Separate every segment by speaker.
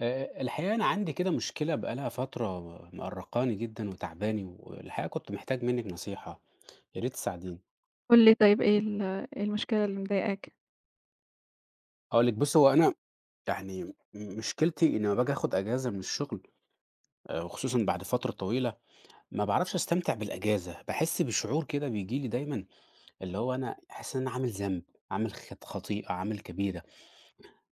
Speaker 1: الحقيقة أنا عندي كده مشكلة بقى لها فترة مأرّقاني جدًا وتاعباني، والحقيقة كنت محتاج منِّك نصيحة، يا ريت تساعديني.
Speaker 2: قُل لي طيب، إيه ال إيه المشكلة اللي مضايقاك؟
Speaker 1: هاقول لِك بُصّي، هو أنا يعني مشكلتي إن لمّا باجي آخُد أجازة من الشغل، وخصوصًا بعد فترة طويلة، ما باعرفش أستمتع بالأجازة، باحس بشعور كده بييجي لي دايمًا اللي هو أنا حاسس إن أنا عامل ذنب، عامل خطيئة، عامل كبيرة،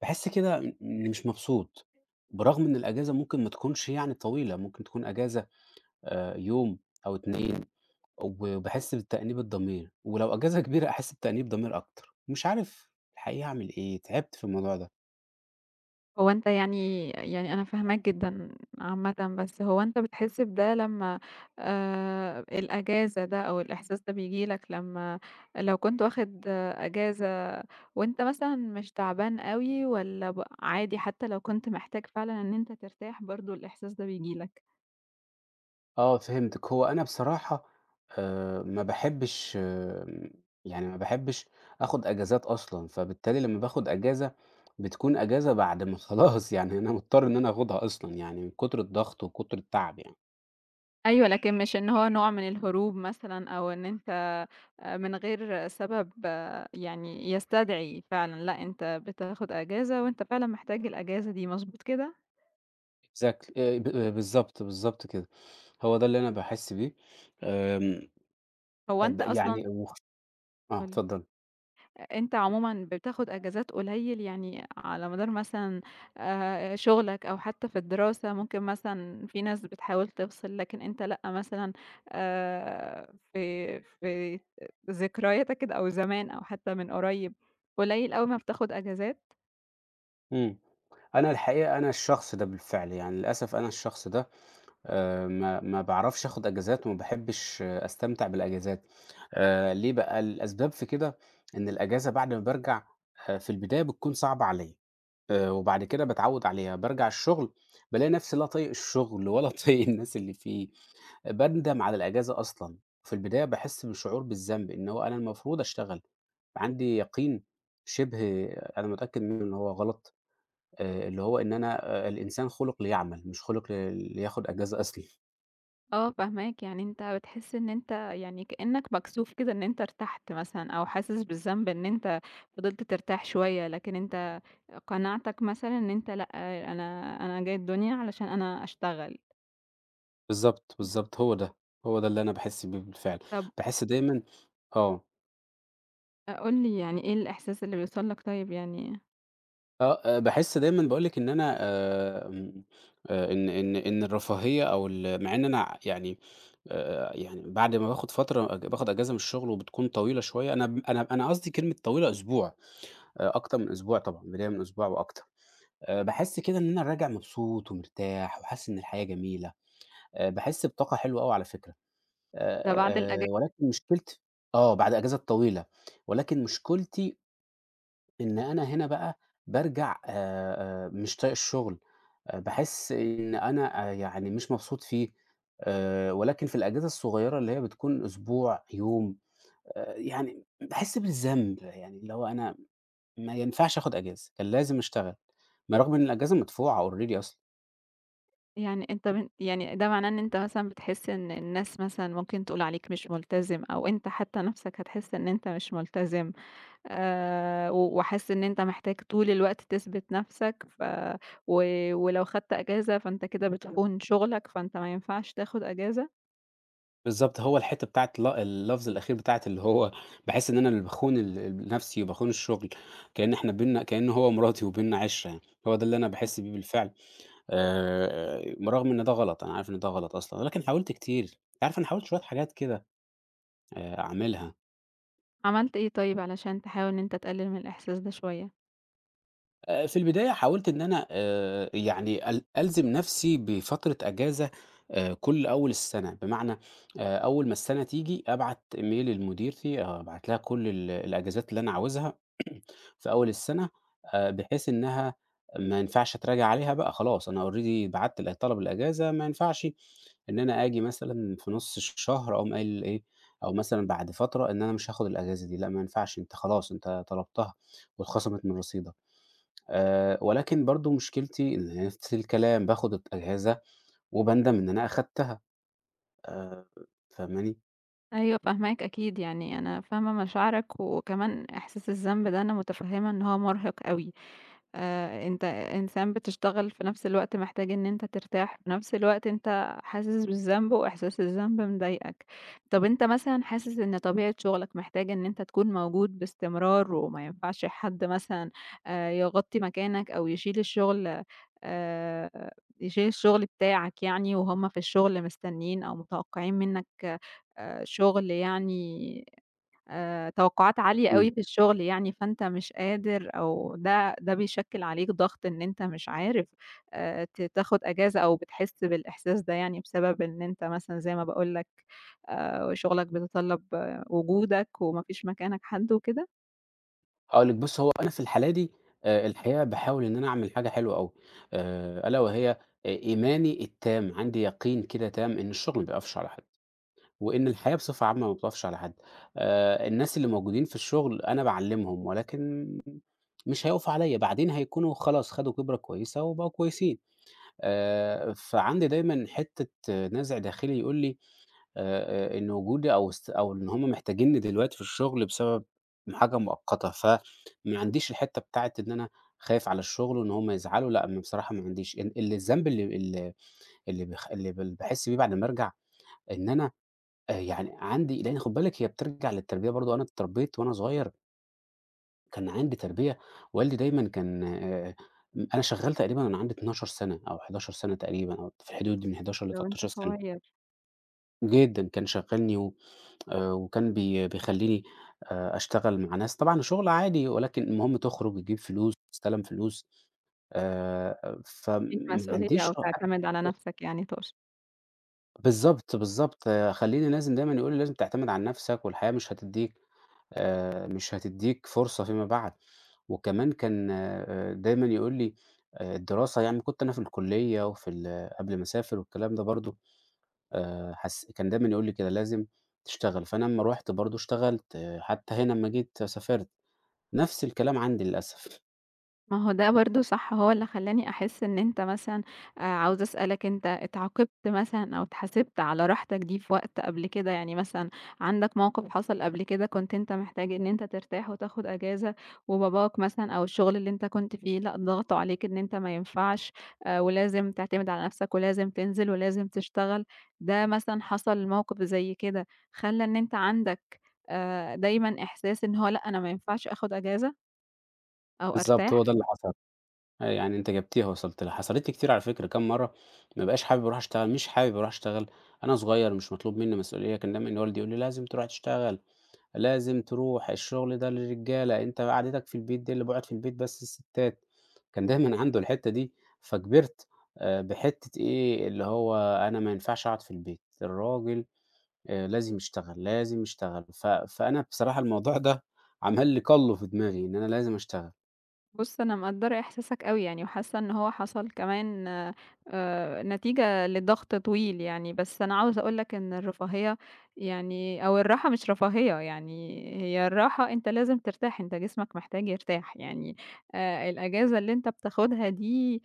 Speaker 1: باحس كده إنّي مش مبسوط، برغم إن الأجازة ممكن ما تكونش يعني طويلة، ممكن تكون أجازة يوم أو 2. وباحس بتأنيب الضمير، ولو أجازة كبيرة أحس بتأنيب ضمير أكتر، مش عارف الحقيقة أعمل إيه، تعبت في الموضوع ده.
Speaker 2: هو أنت يعني يعني أنا فاهماك جدًا عامةً، بس هو أنت بتحس بده لمّا الأجازة ده أو الإحساس ده بييجي لك لمّا لو كنت واخد أجازة وأنت مثلًا مش تعبان أوي والّا ب عادي، حتى لو كنت محتاج فعلًا إن أنت ترتاح برضه الإحساس ده بييجي لك؟
Speaker 1: آه، فهمتِك. هو أنا بصراحة ما باحبش يعني ما باحبش آخُد أجازات أصلًا، فبالتالي لمّا باخُد أجازة بتكون أجازة بعد ما خلاص يعني أنا مضطر إن أنا آخُدها أصلًا يعني من كتر الضغط وكتر التعب يعني.
Speaker 2: أيوه، لكن مش إن هو نوع من الهروب مثلًا أو إن أنت من غير سبب، آه، يعني يستدعي فعلًا، لأ أنت بتاخد أجازة وأنت فعلًا محتاج الأجازة دي، مضبوط كده؟
Speaker 1: إكزاكتلي، ب بالضبط، بالضبط كده، هو ده اللي أنا باحس بيه. آمم،
Speaker 2: هو
Speaker 1: طَب
Speaker 2: أنت
Speaker 1: يعني
Speaker 2: أصلًا،
Speaker 1: آه،
Speaker 2: قُل لي،
Speaker 1: اتفضّلي.
Speaker 2: أنت عمومًا بتاخد أجازات قليل، يعني على مدار مثلًا شغلك أو حتى في الدراسة ممكن مثلًا في ناس بتحاول تفصل، لكن أنت لأ، مثلًا في ذكرياتك كده أو زمان أو حتى من قريب، قليل أوي ما بتاخد أجازات.
Speaker 1: إمم. أنا الحقيقة أنا الشخص ده بالفعل، يعني للأسف أنا الشخص ده ما باعرفش آخُد أجازات وما باحبّش أستمتع بالأجازات. ليه بقى؟ الأسباب في كده إن الأجازة بعد ما بارجع في البداية بتكون صعبة عليّا، وبعد كده باتعوّد عليها، بارجع الشُغل بالاقي نَفْسي لا طايق الشُغل ولا طايق الناس اللي فيه، باندم على الأجازة أصلًا، في البداية باحس بشعور بالذنب إن هو أنا المفروض أشتغل، عندي يقين شِبه أنا متأكد منّه إن هو غلط، اللي هو إن أنا الإنسان خُلِق ليعمل، مش خُلِق لياخد أجازة أصلًا.
Speaker 2: آه فاهماك، يعني أنت بتحس إن أنت يعني كأنك مكسوف كده إن أنت ارتحت مثلًا، أو حاسس بالذنب إن أنت فضلت ترتاح شوية، لكن أنت قناعتك مثلًا إن أنت لأ، أنا جاي الدنيا علشان أنا أشتغل.
Speaker 1: بالضبط، بالضبط هو ده، هو ده اللي أنا باحس بيه بالفعل.
Speaker 2: طب
Speaker 1: باحس دايمًا، آه.
Speaker 2: قُل لي، يعني إيه الإحساس اللي بيوصل لك طيب يعني؟
Speaker 1: آه، آه، باحس دايمًا باقول لِك إن أنا آمم إن الرفاهية أو مع إن أنا يعني، يعني بعد ما باخد فترة باخد أجازة من الشغل وبتكون طويلة شوية، أنا ب أنا أنا قصدي كلمة طويلة أسبوع، أكتر من أسبوع طبعًا، بداية من أسبوع وأكتر. باحس كده إن أنا راجع مبسوط ومرتاح وحاسس إن الحياة جميلة. باحس بطاقة حلوة أوي على فكرة،
Speaker 2: ده بعد الأجازة
Speaker 1: ولكن مشكلتي. آه، بعد أجازة طويلة، ولكن مشكلتي إن أنا هنا بقى بارجع مش طايق الشغل، باحس إن أنا يعني مش مبسوط فيه، ولكن في الأجازة الصغيرة اللي هي بتكون أسبوع، يوم، يعني باحس بالذنب، يعني اللي هو أنا ما ينفعش آخُد أجازة، كان لازم أشتغل، بالرغم إن الأجازة مدفوعة already أصلًا.
Speaker 2: يعني؟ أنت بن يعني ده معناه إن أنت مثلًا بتحس إن الناس مثلًا ممكن تقول عليك مش ملتزم، أو أنت حتى نَفْسك هتحس إن أنت مش ملتزم، و وحاسس إن أنت محتاج طول الوقت تثبت نَفْسك، ف و ولو خدت أجازة فأنت كده بتخون شغلك، فأنت ما ينفعش تاخد أجازة.
Speaker 1: بالضبط، هو الحتّة بتاعة اللفظ الأخير بتاعة اللي هو باحس إن أنا اللي باخون ال نَفْسي وباخون الشغل، كإن إحنا بيننا كإن هو مراتي وبيننا عِشرة يعني، هو ده اللي أنا باحس بيه بالفعل. برغم إن ده غلط، أنا عارف إن ده غلط أصلًا، ولكن حاولت كتير، أنت عارف أنا حاولت شوية حاجات كده أعملها.
Speaker 2: عملت إيه طيب علشان تحاول إن أنت تقلل من الإحساس ده شوية؟
Speaker 1: في البداية حاولت إن أنا يعني ألزم نَفْسي بفترة أجازة، كل أول السنة، بمعنى أول ما السنة تيجي أبعت إيميل لمديرتي، أبعت لها كل الأجازات اللي أنا عاوزها في أول السنة، بحيث إنها ما ينفعش أتراجع عليها بقى خلاص، أنا already بعتّ طلب الإجازة، ما ينفعش إن أنا آجي مثلًا في نُص الشهر أقوم قايل إيه، أو مثلًا بعد فترة إن أنا مش هاخد الإجازة دي، لأ ما ينفعش، أنت خلاص أنت طلبتها واتخصمت من رصيدك. ولكن برضه مشكلتي إن نفس الكلام، باخد الإجازة وباندم إن أنا أخدتها. آآ فاهماني؟
Speaker 2: أيوه فاهماك أكيد، يعني أنا فاهمة مشاعرك، وكمان إحساس الذنب ده أنا متفهمة إن هو مرهق أوي. أنت إنسان بتشتغل، في نفس الوقت محتاج إن أنت ترتاح، في نفس الوقت أنت حاسس بالذنب وإحساس الذنب مضايقك. طَب أنت مثلًا حاسس إن طبيعة شغلك محتاجة إن أنت تكون موجود باستمرار، وما ينفعش حد مثلًا يغطّي مكانك أو يشيل الشغل، آآ يشيل الشغل بتاعك يعني، وهُم في الشغل مستنيين أو متوقعين منّك شغل يعني، توقعات عالية
Speaker 1: إمم.
Speaker 2: أوي في الشغل يعني، فأنت مش قادر، أو ده بيشكِّل عليك ضغط إن أنت مش عارف ت تاخد أجازة، أو بتحس بالإحساس ده يعني بسبب إن أنت مثلًا زي ما باقول لك شغلك بيتطلب آه، وجودك وما فيش مكانك حد وكده.
Speaker 1: هاقول لِك بُصّي، هو أنا في الحالة دي الحقيقة باحاول إن أنا أعمل حاجة حلوة أوي، ألا وهي إيماني التام، عندي يقين كده تام إن الشغل ما بيقفش على حد، وإن الحياة بصفة عامة ما بتقفش على حد. الناس اللي موجودين في الشغل أنا باعلّمهم، ولكن مش هيقفوا عليَّ، بعدين هيكونوا خلاص خدوا خبرة كويسة وبقوا كويسين. فعندي دايمًا حتة نزع داخلي يقول لي إن وجودي أو است أو إن هُم محتاجينّي دلوقتي في الشغل بسبب حاجة مؤقتة، فما عنديش الحتّة بتاعة إن أنا خايف على الشغل وإن هُم يزعلوا، لأ، بصراحة ما عنديش. اللي الذنب اللي ال اللي بخ اللي بال باحس بيه بعد ما أرجع، إن أنا يعني عندي لإن خُد بالك هي بترجع للتربية برضه، أنا اتربيت وأنا صغير كان عندي تربية، والدي دايمًا كان م أنا شغّال تقريبًا وأنا عندي 12 سَنة أو 11 سَنة تقريبًا أو في الحدود دي من 11
Speaker 2: لو أنت
Speaker 1: ل13 سَنة.
Speaker 2: صغير،
Speaker 1: جدًا، كان شغّلني و وكان بيخلّيني أشتغل مع ناس طبعًا شغل عادي، ولكن المهم تخرج تجيب فلوس، تستلم فلوس.
Speaker 2: في
Speaker 1: فما
Speaker 2: مسؤولية
Speaker 1: عنديش
Speaker 2: أو
Speaker 1: بالظبط
Speaker 2: تعتمد على نفسك يعني تقصد؟
Speaker 1: بالظبط. آه، بالضبط، بالضبط، خلّيني لازم دايمًا يقولوا لي: "لازم تعتمد على نَفْسك والحياة مش هتدّيك، مش هتدّيك فرصة فيما بعد." وكمان كان دايمًا يقول لي: "الدراسة"، يعني كنت أنا في الكُلّية وفي قبل ما أسافر والكلام ده برضه، حس كان دايمًا يقول لي كده: "لازم تشتغل." فأنا أمّا رُحت برضه اشتغلت، حتى هنا أمّا جيت سافرت، نفس الكلام عندي للأسف.
Speaker 2: ما هو ده برضه صح، هو اللي خلّاني أحس إن أنت مثلًا عاوزة أسألك، أنت اتعاقبت مثلًا أو اتحاسبت على راحتك دي في وقت قبل كده؟ يعني مثلًا عندك موقف حصل قبل كده كنت أنت محتاج إن أنت ترتاح وتاخد أجازة، وباباك مثلًا أو الشغل اللي أنت كنت فيه لأ، ضغطوا عليك إن أنت ما ينفعش، ولازم تعتمد على نفسك ولازم تنزل ولازم تشتغل، ده مثلًا حصل موقف زي كده خلّى إن أنت عندك دايمًا إحساس إن هو لأ، أنا ما ينفعش آخد أجازة أو
Speaker 1: بالضبط
Speaker 2: أرتاح؟
Speaker 1: هو ده اللي حصل. يعني أنت جبتيها وصلت لها. حصلت لي كتير على فكرة كام مرّة ما بابقاش حابب أروح أشتغل، مش حابب أروح أشتغل، أنا صغير مش مطلوب منّي مسؤولية، كان دايمًا والدي يقول لي: "لازم تروح تشتغل." لازم تروح، الشغل ده للرجالة، أنت قعدتك في البيت دي، اللي باقعد في البيت بس الستات، كان دايمًا عنده الحتّة دي، فكبرت بحتّة إيه، اللي هو أنا ما ينفعش أقعد في البيت، الراجل لازم يشتغل، لازم يشتغل، ف فأنا بصراحة الموضوع ده عمل لي كَلُّ في دماغي، إن أنا لازم أشتغل.
Speaker 2: بُص، أنا مقدّرة إحساسك أوي يعني، وحاسة إن هو حصل كمان نتيجة لضغط طويل يعني، بس أنا عاوزة أقول لك إن الرفاهية يعني أو الراحة مش رفاهية يعني، هي الراحة أنت لازم ترتاح، أنت جسمك محتاج يرتاح يعني. الأجازة اللي أنت بتاخدها دي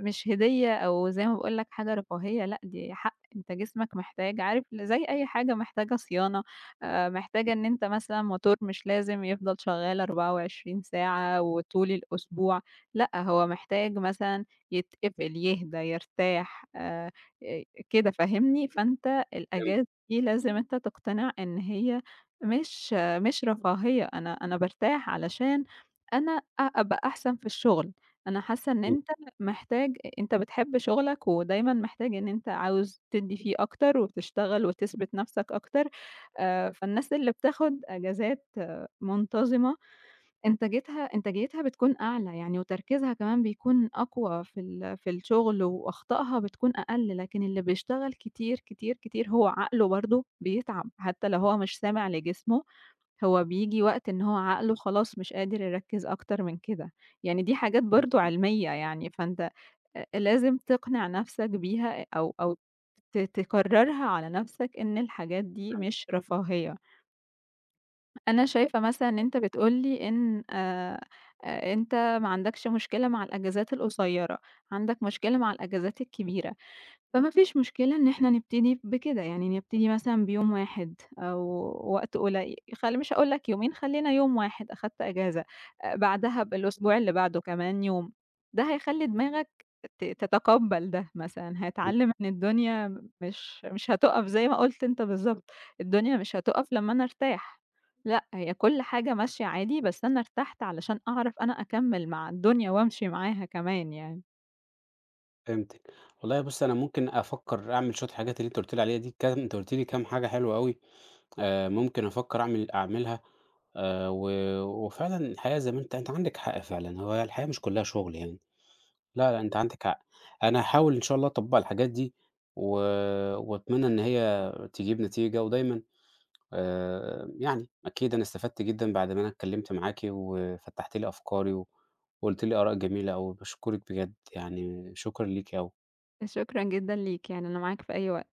Speaker 2: مش هدية أو زي ما باقول لك حاجة رفاهية، لأ دي حق، أنت جسمك محتاج، عارف، زي أي حاجة محتاجة صيانة، محتاجة إن أنت مثلًا، موتور مش لازم يفضل شغال 24 ساعة وطول الأسبوع، لأ هو محتاج مثلًا يتقفل، يهدى، يرتاح، آآ كده فاهمني؟ فأنت
Speaker 1: فهمت
Speaker 2: الأجازة دي لازم أنت تقتنع إن هي مش مش رفاهية، أنا بارتاح علشان أنا أبقى أحسن في الشغل. أنا حاسة إن
Speaker 1: إمم،
Speaker 2: أنت محتاج، أنت بتحب شغلك ودايمًا محتاج إن أنت عاوز تدّي فيه أكتر وتشتغل وتثبت نَفْسك أكتر. فالناس اللي بتاخُد أجازات آه، منتظمة، إنتاجيتها بتكون أعلى يعني، وتركيزها كمان بيكون أقوى في في الشغل، وأخطائها بتكون أقل، لكن اللي بيشتغل كتير، كتير، كتير هو عقله برضه بيتعب، حتى لو هو مش سامع لجسمه هو بييجي وقت إن هو عقله خلاص مش قادر يركّز أكتر من كده. يعني دي حاجات
Speaker 1: إمم،
Speaker 2: برضه علمية يعني، فأنت لازم تقنع نَفْسك بيها، أو تكرّرها على نَفْسك إن الحاجات دي مش رفاهية. أنا شايفة مثلًا إن أنت بتقول لي إن أنت ما عندكش مشكلة مع الأجازات القصيّرة، عندك مشكلة مع الأجازات الكبيرة. فما فيش مشكلة إن إحنا نبتدي بكده، يعني نبتدي مثلًا بيوم واحد أو وقت قليل، مش هاقول لك يومين، خلّينا يوم واحد أخدت إجازة، بعدها بالأسبوع اللي بعده كمان يوم، ده هيخلّي دماغك تتقبّل ده مثلًا،
Speaker 1: إمم،
Speaker 2: هيتعلّم إن الدنيا مش مش هتُقف زي ما قُلت أنت بالضبط، الدنيا مش هتُقف لمّا أنا أرتاح، لأ هي كل حاجة ماشية عادي، بس أنا ارتحت علشان أعرف أنا أكمّل مع الدنيا وأمشي معاها كمان يعني.
Speaker 1: فهمتك. والله بُصّ، أنا ممكن أفكّر أعمل شوية الحاجات اللي أنت قُلت لي عليها دي، أنت قُلت لي كام حاجة حلوة أوي. ممكن أفكّر أعملها، و وفعلًا الحقيقة زي ما أنت عندك حق فعلًا، هو الحياة مش كُلّها شُغل يعني، لا، لأ أنت عندك حق. أنا هاحاول إن شاء الله أطبّق الحاجات دي و وأتمنى إن هي تجيب نتيجة ودايمًا، يعني أكيد أنا استفدت جدًا بعد ما أنا اتكلّمت معاكِ وفتّحتِ لي أفكاري و وقُلتِ لي آراء جميلة أوي، باشكرِك بجد يعني شكرًا ليكِ أوي.
Speaker 2: شكرًا جدًا ليك، يعني أنا معاك في أي وقت.